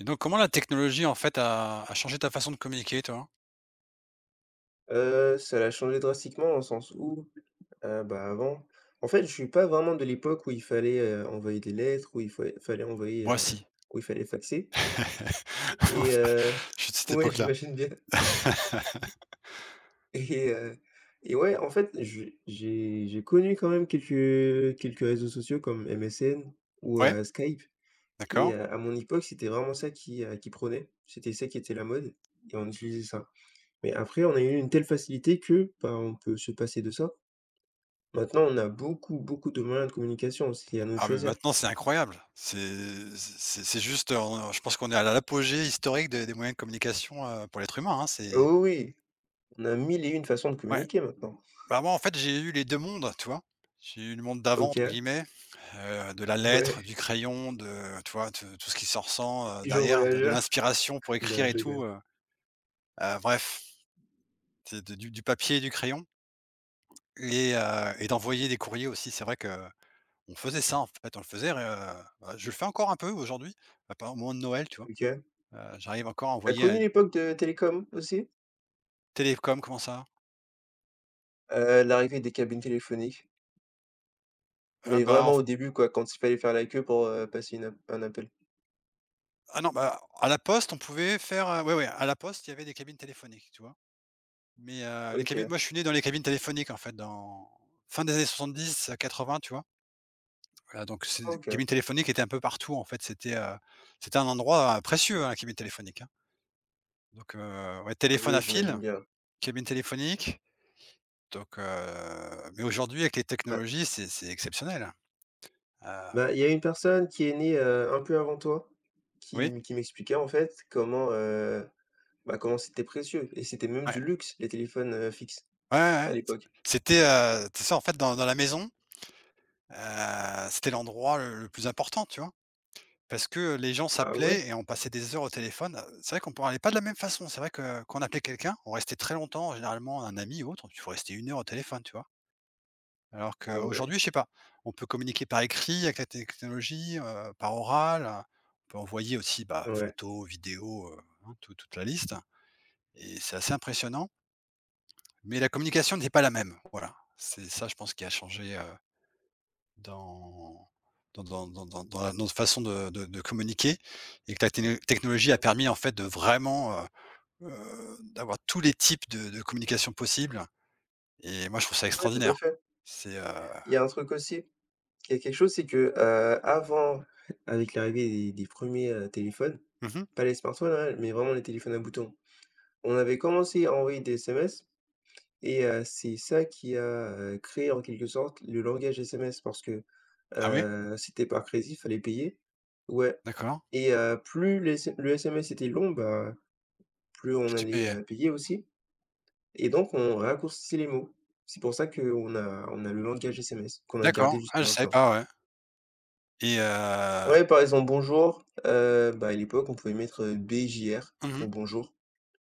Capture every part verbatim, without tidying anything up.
Et donc, comment la technologie, en fait, a a changé ta façon de communiquer, toi? Heu, ça l'a changé drastiquement dans le sens où, heu, bah, avant en fait, je suis pas vraiment de l'époque où il fallait, heu, envoyer des lettres, où il fallait fallait envoyer, Moi, heu, si. où il fallait faxer et heu Je suis de cette ouais, époque-là. j'imagine bien et heu et ouais, en fait, je j'ai j'ai connu quand même quelques quelques réseaux sociaux comme M S N ou, Ouais, heu, Skype et d'accord. heu, à mon époque, c'était vraiment ça qui, heu, qui prenait. C'était ça qui était la mode et on utilisait ça. Mais après, on a eu une telle facilité que, bah, on peut se passer de ça. Maintenant, on a beaucoup, beaucoup de moyens de communication aussi, à nous de Ah, mais choisir. maintenant, c'est incroyable. C'est c'est c'est juste, heu, on je pense qu'on est à l'apogée historique des des moyens de communication, heu, pour l'être humain, hein, Ah c'est oui, oui, on a mille et une façons de ouais. communiquer maintenant. Bah, moi, en fait, j'ai eu les deux mondes, tu vois? J'ai eu «le monde d'avant» entre OK, guillemets, heu, de la lettre, ouais, du crayon, de tu vois, de tout ce qui s'en les ressent, heu, pigeons derrière, de de voyageurs. l'inspiration pour Non, écrire et je rigole. tout, heu, heu, bref. C'est de du du papier et du crayon et heu et d'envoyer des courriers aussi. C'est vrai que on faisait ça, en fait, on le faisait, heu, bah, je le fais encore un peu aujourd'hui, bah, par au moment de Noël, tu vois? OK. Heu, j'arrive encore à T'as envoyer un connu l'époque de télécom aussi? télécom, comment ça? Heu, l'arrivée des cabines téléphoniques, Heu, mais bah, en vraiment au début, quoi, quand il fallait faire la queue pour, heu, passer une ap un appel. ah non, bah, à la poste, on pouvait faire, heu, ouais, ouais, à la poste, il y avait des cabines téléphoniques, tu vois? Mais heu, les cabines OK, moi, je suis né dans les cabines téléphoniques, en fait, dans fin des années soixante-dix quatre-vingts tu vois? Voilà, donc c'est OK. cabines téléphoniques étaient un peu partout, en fait, c'était, heu, c'était un endroit, heu, précieux, hein, la cabine téléphonique. Donc, heu, ouais, Ah téléphone oui, à fil, j'imagine bien. cabine téléphonique, donc, heu, mais aujourd'hui avec les Bah technologies, c'est c'est exceptionnel, hein. Heu, bah, il y a une personne qui est née, heu, un peu avant toi, qui oui, m qui m'expliquait en fait comment, heu, bah, comment c'était précieux et c'était même ouais, du luxe les téléphones, heu, fixes. ouais, ouais, ouais. À l'époque. C'était, heu, tu sais, en fait, dans dans la maison, heu, c'était l'endroit le le plus important, tu vois? Parce que les gens Ah ouais? s'appelaient et on passait des heures au téléphone. C'est vrai qu'on ne parlait pas de la même façon. C'est vrai que quand on appelait quelqu'un, on restait très longtemps, généralement un ami ou autre, il faut rester une heure au téléphone, tu vois? Alors Ah ouais, qu'aujourd'hui, je sais pas, on peut communiquer par écrit avec la technologie, heu, par oral, heu, on peut envoyer aussi, bah, ouais. photos, vidéos, heu, hein, tout toute la liste et c'est assez impressionnant, mais la communication n'est pas la même, voilà. C'est ça, je pense, qui a changé, heu, dans dans dans dans dans dans la notre façon de de de communiquer et que la téné technologie a permis, en fait, de vraiment, heu heu, d'avoir tous les types de de communication possibles et moi, je trouve ça Ouais, tout à extraordinaire. fait. C'est, heu Il y a un truc aussi, il y a quelque chose, c'est que, heu, avant, avec l'arrivée des des premiers, téléphones, mmh. pas les smartphones, hein, mais vraiment les téléphones à boutons, on avait commencé à envoyer des S M S et heu, c'est ça qui a, heu, créé en quelque sorte le langage S M S parce que, Ah oui? heu, c'était par crédit, fallait payer. Ouais D'accord. et heu, plus les S le S M S était long, bah, plus Tu on tu allait, heu, payer aussi. Et donc on raccourcit les mots. C'est pour ça qu'on a on a le langage S M S, qu'on a gardé D'accord. Ah, jusqu'à je savais maintenant. pas, ouais et heu Ouais, par exemple, bonjour, heu, bah, à l'époque, on pouvait mettre, heu, B J R pour mmh. bonjour,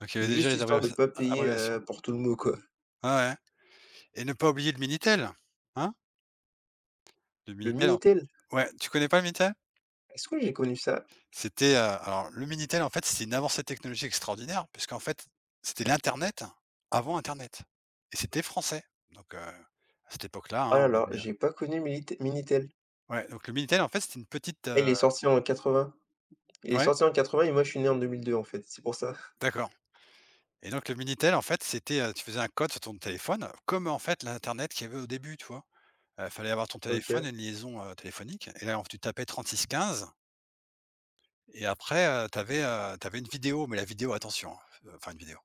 Donc il y avait déjà juste les histoire de abréviations pas payer, abréviations. heu, pour tout le mot, quoi. Ouais, ouais et ne pas oublier le Minitel, hein? Le Le Minitel en Minitel, ouais, tu connais pas le Minitel? est-ce que j'ai connu ça? C'était, heu, alors le Minitel, en fait, c'était une avancée technologique extraordinaire puisqu'en fait, c'était l'internet avant internet et c'était français. Donc heu, à cette époque-là, Oh hein, là on là, avait, heu j'ai pas connu Minite Minitel. ouais, donc le Minitel, en fait, c'était une petite, Il est heu sorti en quatre-vingts. Il est ouais? sorti en quatre-vingts et moi, je suis né en deux mille deux en fait, c'est pour ça. D'accord et donc le Minitel, en fait, c'était, heu, tu faisais un code sur ton téléphone comme, en fait, l'internet qu'il y avait au début, tu vois? Heu, fallait avoir ton téléphone OK, et une liaison, heu, téléphonique et là tu tapais trente-six quinze et après, tu avais, tu avais une vidéo, mais la vidéo attention, hein, euh, enfin une vidéo,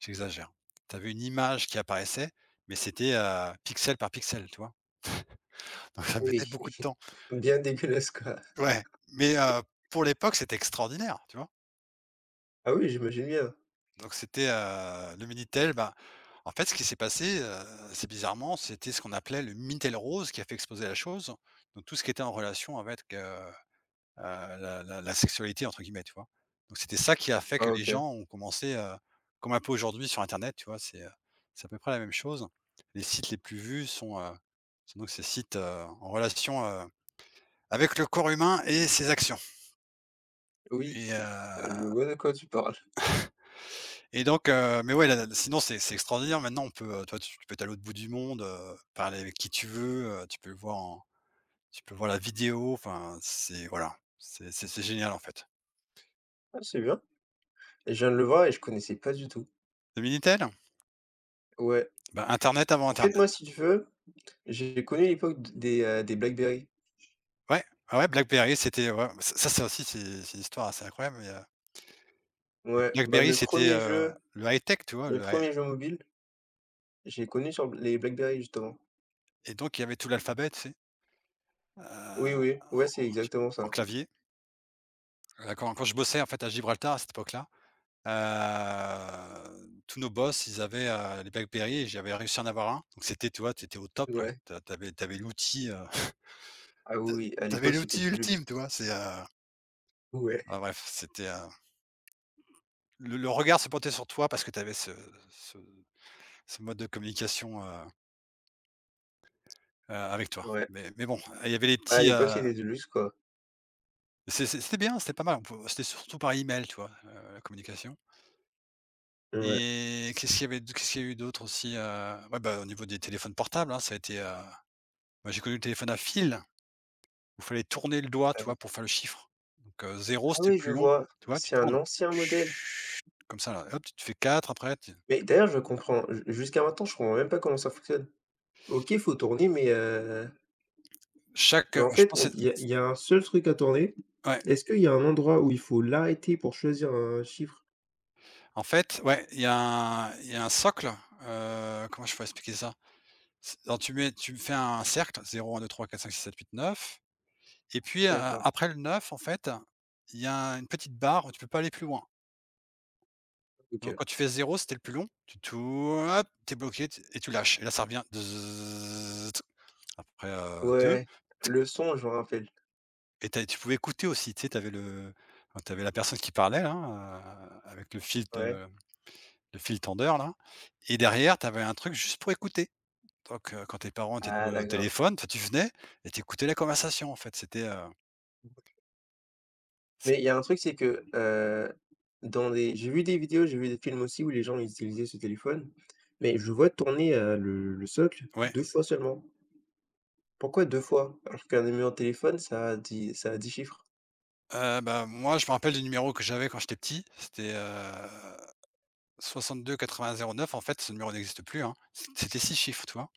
j'exagère. Tu avais une image qui apparaissait, mais c'était, heu, pixel par pixel, tu vois? Donc ça oui, mettait beaucoup de temps. bien dégueulasse, quoi. Ouais, mais heu, pour l'époque, c'était extraordinaire, tu vois? Ah oui, j'imagine bien. Donc c'était, heu, le Minitel, bah, en fait, ce qui s'est passé, heu, c'est bizarrement, c'était ce qu'on appelait le Minitel rose qui a fait exploser la chose, donc tout ce qui était en relation avec, heu heu, la la la sexualité entre guillemets, tu vois? Donc c'était ça qui a fait Ah que les OK, gens ont commencé, heu, comme un peu aujourd'hui sur internet, tu vois? C'est, heu, c'est à peu près la même chose. Les sites les plus vus sont, heu, sont donc ces sites, heu, en relation, heu, avec le corps humain et ses actions oui, et je heu vois de quoi tu parles. et donc heu, mais ouais, la la sinon c'est c'est extraordinaire. Maintenant on peut, heu, toi tu tu peux être à l'autre bout du monde, heu, parler avec qui tu veux, heu, tu peux le voir en tu peux voir la vidéo, enfin c'est voilà, c'est c'est c'est génial en fait. Ah, c'est bien. Je viens de le voir et je connaissais pas du tout. Le Minitel? Ouais. Bah internet avant En fait, moi, internet. si tu veux, j'ai connu l'époque d des, heu, des BlackBerry. Ouais, ouais, ouais, BlackBerry, c'était ouais, ça ça, c'est aussi c'est c'est une histoire assez incroyable, mais, heu, Ouais, bah, BlackBerry, mes c'était, premiers heu, jeux le high-tech, tu vois? mes Le high premiers jeux mobiles, j'ai connu sur les BlackBerry, justement. Et donc il y avait tout l'alphabet, tu sais? Oui, Heu, oui, ouais, c'est en exactement en ça. clavier. Heu, quand quand je bossais, en fait, à Gibraltar, à cette époque-là, heu, tous nos boss, ils avaient, heu, les BlackBerry et j'avais réussi à en avoir un. Donc c'était, tu vois, tu étais au top, là. Ouais. Tu as tu avais tu avais l'outil, heu, Ah tu a oui, oui, à tu avais l'époque, c'était l'outil du luxe. ultime, tu vois? C'est, heu, Ouais, ah bref, c'était, heu, le le regard se portait sur toi parce que tu avais ce ce ce mode de communication, heu Heu, avec toi. ouais. Mais mais bon, il y avait les Bah, à petits, l'époque, heu, c'était du luxe, quoi. c'est c'est c'était bien, c'était pas mal. On pou C'était surtout par email, tu vois, heu, la communication Ouais. et qu'est-ce qu'il y avait d qu'est-ce qu'il y a eu d'autre aussi, heu? Ouais, bah, au niveau des téléphones portables, hein, ça a été, heu, moi, j'ai connu le téléphone à fil où il fallait tourner le doigt, Ah tu oui. vois, pour faire le chiffre. Donc heu, zéro, Ah c'était oui, je plus long, vois, tu vois? Tu c'est un tournes ancien modèle. Chut, comme ça, là, hop, tu te fais quatre après tu Mais d'ailleurs, je comprends ju jusqu'à maintenant, je comprends même pas comment ça fonctionne. OK, faut tourner, mais heu chaque, heu, en je fait, pense on que il y c'est a il y a un seul truc à tourner. ouais, Est-ce qu'il y a un endroit où il faut l'arrêter pour choisir un chiffre? en fait, ouais, il y a un il y a un socle, heu, comment je pourrais expliquer ça? C alors tu mets tu fais un cercle zéro un deux trois quatre cinq six sept huit neuf et puis, heu, D'accord. après le neuf en fait, il y a une petite barre où tu peux pas aller plus loin. OK. Donc quand tu fais zéro c'était le plus long, tu tournes, hop, t'es bloqué t et tu lâches et là ça revient Zzzz. Après, heu, deux Ouais. Le son, je me rappelle. et tu tu pouvais écouter aussi, tu sais, t'avais le enfin, t'avais la personne qui parlait là, heu, avec le fil Ouais. de le fil tendeur là et derrière t'avais un truc juste pour écouter. Donc, heu, quand tes parents étaient Ah au d'accord. téléphone, toi tu venais et tu la conversation en fait, c'était, heu, Mais il y a un truc, c'est que, heu, dans des, j'ai vu des vidéos, j'ai vu des films aussi où les gens utilisaient ce téléphone, mais je vois tourner, heu, le le socle ouais. deux fois seulement. Pourquoi deux fois? Alors qu'un numéro de téléphone, ça a dix, ça a dix chiffres. Heu, bah, moi, je me rappelle du numéro que j'avais quand j'étais petit, c'était, heu, soixante-deux quatre-vingts zéro neuf. En fait, ce numéro n'existe plus, hein. C c'était six chiffres, tu vois?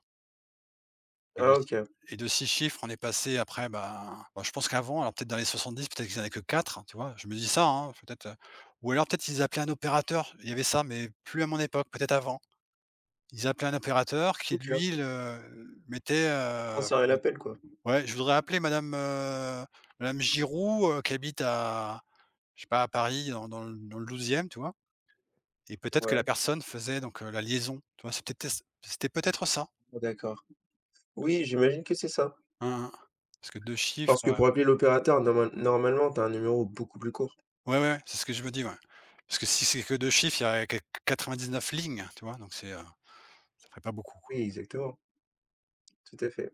Et de Ah si OK. et de six chiffres, on est passé après, ben, bah, je pense qu'avant, alors peut-être dans les soixante-dix, peut-être qu'ils en avaient que quatre, tu vois? Je me dis ça, hein, peut-être, heu, ou alors peut-être ils appelaient un opérateur, il y avait ça, mais plus à mon époque, peut-être avant. Ils appelaient un opérateur qui OK. On lui le mettait, heu, transférer l'appel quoi. ouais: «Je voudrais appeler madame, heu, madame Giroux, heu, qui habite à Je sais pas, à Paris, dans dans le dans le douzième tu vois? Et peut-être que la Ouais, personne faisait donc heu, la liaison, tu vois? C'est peut-être c'était peut-être ça, d'accord. Oui, j'imagine que c'est ça. hein, hein. Parce que deux chiffres, Parce heu que pour appeler l'opérateur, normal normalement, tu as un numéro beaucoup plus court. ouais, ouais, ouais, c'est ce que je me dis, ouais. Parce que si c'est que deux chiffres, il y a que quatre-vingt-dix-neuf lignes, tu vois? Donc c'est, heu, ça ferait pas beaucoup, Oui, quoi exactement, tout à fait.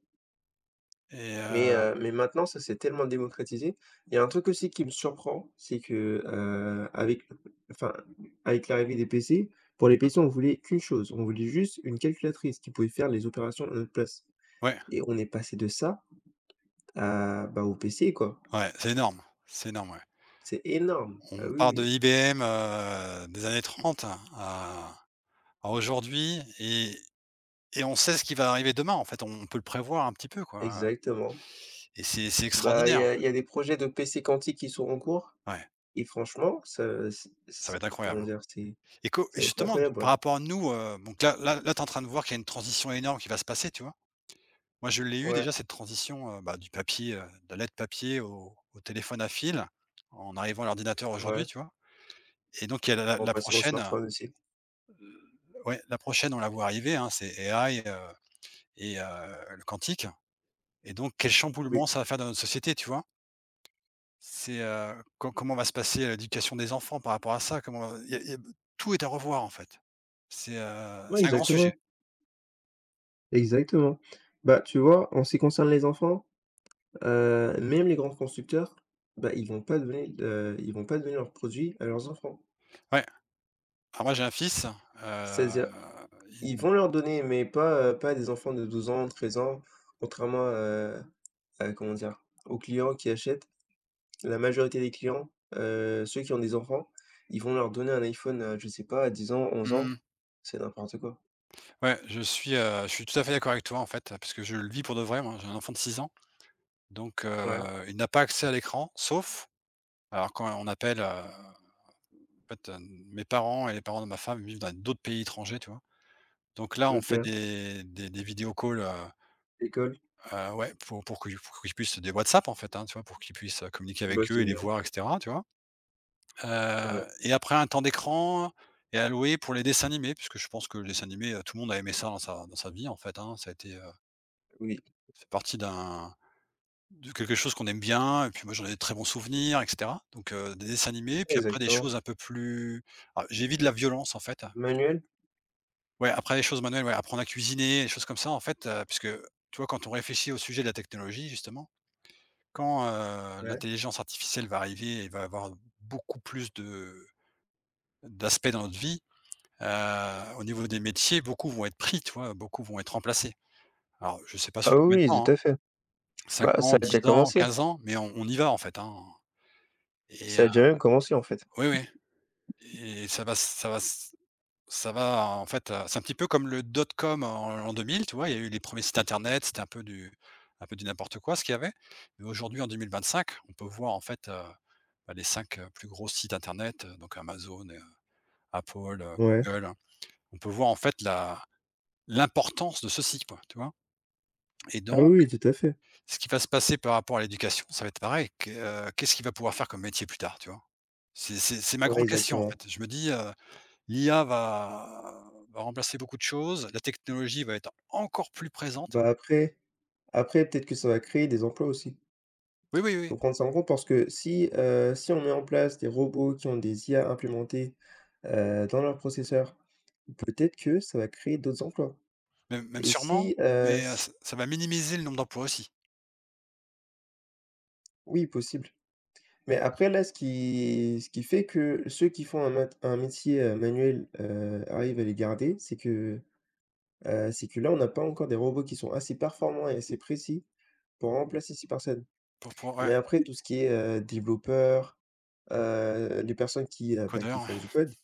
et Mais heu, heu, mais maintenant, ça s'est tellement démocratisé. Il y a un truc aussi qui me surprend, c'est que, heu, avec enfin, avec l'arrivée des P C, pour les P C, on voulait qu'une chose, on voulait juste une calculatrice qui pouvait faire les opérations à notre place ouais, et on est passé de ça à bah, au P C, quoi. ouais, c'est énorme, c'est énorme, ouais. C'est énorme. Ah On oui, part de oui, I B M, heu, des années trente à à aujourd'hui et et on sait ce qui va arriver demain, en fait, on peut le prévoir un petit peu, quoi, exactement. et c'est c'est Bah, il y extraordinaire. a il y a des projets de P C quantiques qui sont en cours. Ouais, Et franchement, ça c ça va c être comment incroyable. dire? C'est Et co et ça va être justement, incroyable, par ouais. rapport à nous, heu, donc là là là, tu es en train de voir qu'il y a une transition énorme qui va se passer, tu vois? Moi, je l'ai eu Ouais, déjà cette transition, heu, bah, du papier, heu, de la lettre papier au au téléphone à fil, en arrivant à l'ordinateur aujourd'hui, ouais, tu vois? Et donc il y a la en la passant au prochaine, euh, smartphone aussi. ouais, la prochaine, on la voit arriver, hein, c'est A I, heu et heu, le quantique et donc quel Oui, chamboulement ça va faire dans notre société, tu vois? C'est, heu, com comment va se passer, euh, l'éducation des enfants par rapport à ça? Comment va- il y a il y a tout est à revoir, en fait. C'est, heu, ouais, c'est un grand sujet. exactement, exactement. Bah, tu vois, en ce qui concerne les enfants, heu, même les grands constructeurs, bah, ils vont pas donner de euh, ils vont pas donner leurs produits à leurs enfants. Ouais. Alors moi j'ai un fils, heu, C'est-à-dire, ils il vont leur donner, mais pas, heu, pas à des enfants de douze ans, treize ans, contrairement, heu, à comment dire? Aux clients qui achètent, la majorité des clients, heu, ceux qui ont des enfants, ils vont leur donner un iPhone, heu, je sais pas, à dix ans, onze ans. mmh, C'est n'importe quoi. ouais, je suis, heu, je suis tout à fait d'accord avec toi en fait, parce que je le vis pour de vrai, moi. J'ai un enfant de six ans, donc Ouais, heu, il n'a pas accès à l'écran, sauf alors quand on appelle, heu, en fait, heu, mes parents et les parents de ma femme vivent dans d'autres pays étrangers, tu vois? Donc là, on OK, fait des des des vidéo calls, heu école, heu, ouais, pour pour que pour qu'ils puissent des WhatsApp en fait, hein, tu vois? Pour qu'ils puissent, heu, communiquer bah, avec eux c'est et les bien. voir et cetera, tu vois? Ouais, Heu et après un temps d'écran est alloué pour les dessins animés, puisque je pense que le dessin animé, heu, tout le monde a aimé ça dans sa dans sa vie en fait, hein. Ça a été, heu, oui, ça fait partie d'un de quelque chose qu'on aime bien et puis moi j'en ai de très bons souvenirs et cetera. Donc heu, des dessins animés, puis après des exactement. choses un peu plus. Ah, j'évite la violence en fait. Manuel? Ouais, après les choses manuelles, ouais, apprendre à cuisiner, des choses comme ça en fait, heu, puisque tu vois, quand on réfléchit au sujet de la technologie justement, quand, heu, Ouais. l'intelligence artificielle va arriver et va avoir beaucoup plus de d'aspects dans notre vie. Heu, au niveau des métiers, beaucoup vont être pris, tu vois? Beaucoup vont être remplacés. Alors, je sais pas sur Ah combien de oui, oui, temps, hein, tout à fait. cinq Bah, ça ans, a dix déjà ans, commencé. quinze ans, mais on on y va, en fait, hein, et Ça a heu déjà même commencé, en fait. oui, oui. Et ça va s ça va s ça va, en fait, heu, c'est un petit peu comme le dot-com en en deux mille, tu vois? Il y a eu les premiers sites internet, c'était un peu du un peu du n'importe quoi ce qu'il y avait, mais aujourd'hui, en deux mille vingt cinq, on peut voir, en fait, heu, bah, les cinq heu, plus gros sites internet, heu, donc Amazon, heu, Apple, heu, Ouais. Google, hein. On peut voir, en fait, la l'importance de ceci, quoi, tu vois? Et Ah donc, oui, oui, tout à fait. ce qui va se passer par rapport à l'éducation, ça va être pareil. Que, heu, qu'est-ce qu'il va pouvoir faire comme métier plus tard, tu vois? C'est c'est c'est ma Ouais, grande question, en exactement. fait. Je me dis, heu, l'I A va va remplacer beaucoup de choses, la technologie va être encore plus présente. Bah, après après peut-être que ça va créer des emplois aussi. Oui, oui, oui, Faut prendre ça en compte parce que si, heu, si on met en place des robots qui ont des I A implémentées, heu, dans leurs processeurs. Peut-être que ça va créer d'autres emplois même même et sûrement, si, heu, mais heu, si ç ça va minimiser le nombre d'emplois aussi. oui, possible. Mais après là, ce qui ce qui fait que ceux qui font un mat un métier, heu, manuel, heu, arrivent à les garder, c'est que, heu, c'est que là, on n'a pas encore des robots qui sont assez performants et assez précis pour remplacer ces personnes. Pour pour ouais, Mais après tout ce qui est, heu, développeurs, heu, les personnes qui, heu, bah, qui codeur, font ouais. du code,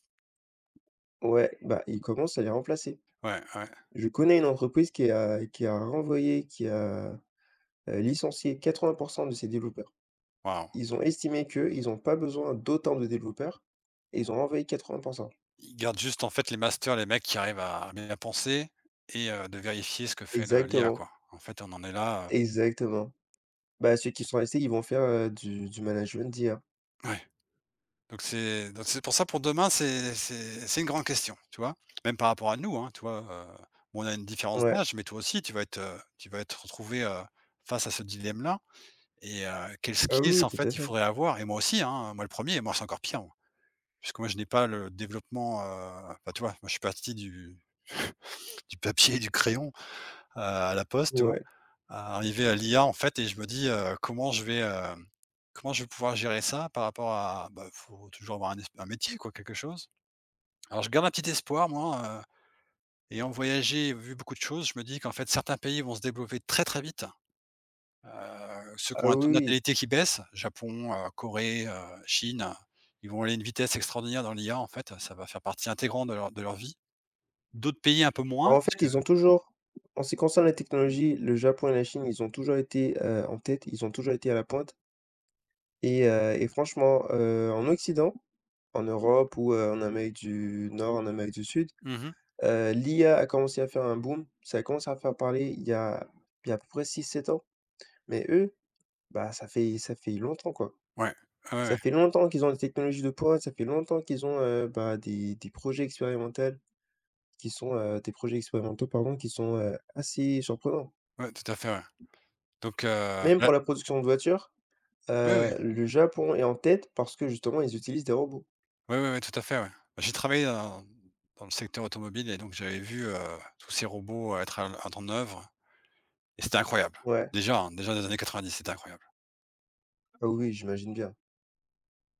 ouais, bah, ils commencent à les remplacer. Ouais, ouais. Je connais une entreprise qui a qui a renvoyé, qui a, heu, licencié quatre-vingts de ses développeurs. Waouh! Ils ont estimé qu'ils ont pas besoin d'autant de développeurs et ils ont envoyé quatre-vingts. Ils gardent juste, en fait, les masters, les mecs qui arrivent à bien penser et, heu, de vérifier ce que fait le l'I A, Exactement, quoi. En fait, on en est là, exactement. Bah, ceux qui sont restés, ils vont faire, heu, du du management d'I A. heu ouais. Donc c'est donc c'est pour ça, pour demain, c'est c'est c'est une grande question, tu vois? Même par rapport à nous, hein, tu vois? Heu, bon, on a une différence Ouais. d'âge, mais toi aussi, tu vas être, heu, tu vas être retrouvé heu, face à ce dilemme-là, et heu, quels Ah oui, skills, oui, en tout à fait, il fait. faudrait avoir, et moi aussi, hein, moi le premier, et moi c'est encore pire, moi, puisque moi je n'ai pas le développement, heu, enfin, tu vois? Moi je suis parti du du papier et du crayon, heu, à la poste, tu vois? Ouais. À arriver à l'I A, en fait, et je me dis, heu: «Comment je vais, hem, comment je vais pouvoir gérer ça par rapport à», bah, faut toujours avoir un es un métier, quoi, quelque chose. Alors je garde un petit espoir, moi, heu, ayant voyagé, vu beaucoup de choses, je me dis qu'en fait certains pays vont se développer très, très vite, heu, ceux qui Ah ont un taux oui, de oui. natalité qui baisse, Japon, heu, Corée, heu, Chine, ils vont aller à une vitesse extraordinaire dans l'I A, en fait, ça va faire partie intégrante de leur de leur vie. D'autres pays un peu moins, En parce fait, que, ils ont toujours en ce qui concerne la technologie, le Japon et la Chine, ils ont toujours été, heu, en tête, ils ont toujours été à la pointe et heu et franchement, heu, en Occident, en Europe ou, heu, en Amérique du Nord, en Amérique du Sud. mmh, Heu, L'IA a a commencé à faire un boom, ça a commencé à faire parler il y a il y a à peu près six sept ans, mais eux, bah, ça fait ça fait longtemps, quoi. ouais, ouais, Ça ouais, fait longtemps qu'ils ont des technologies de pointe, ça fait longtemps qu'ils ont, heu, bah, des des projets expérimentaux qui sont, heu, des projets expérimentaux, pardon, qui sont, heu, assez surprenants. ouais, tout à fait, ouais. Donc, heu, Même pour là, la production de voitures, oui, oui, heu, le Japon est en tête parce que justement ils utilisent des robots. oui, oui, oui, tout à fait, ouais. Bah, j'ai travaillé dans dans le secteur automobile, et donc j'avais vu, heu, tous ces robots être à à en œuvre. Et c'était incroyable. Ouais, Déjà, hein, déjà dans les années quatre-vingt-dix, c'était incroyable. ah oui, j'imagine bien.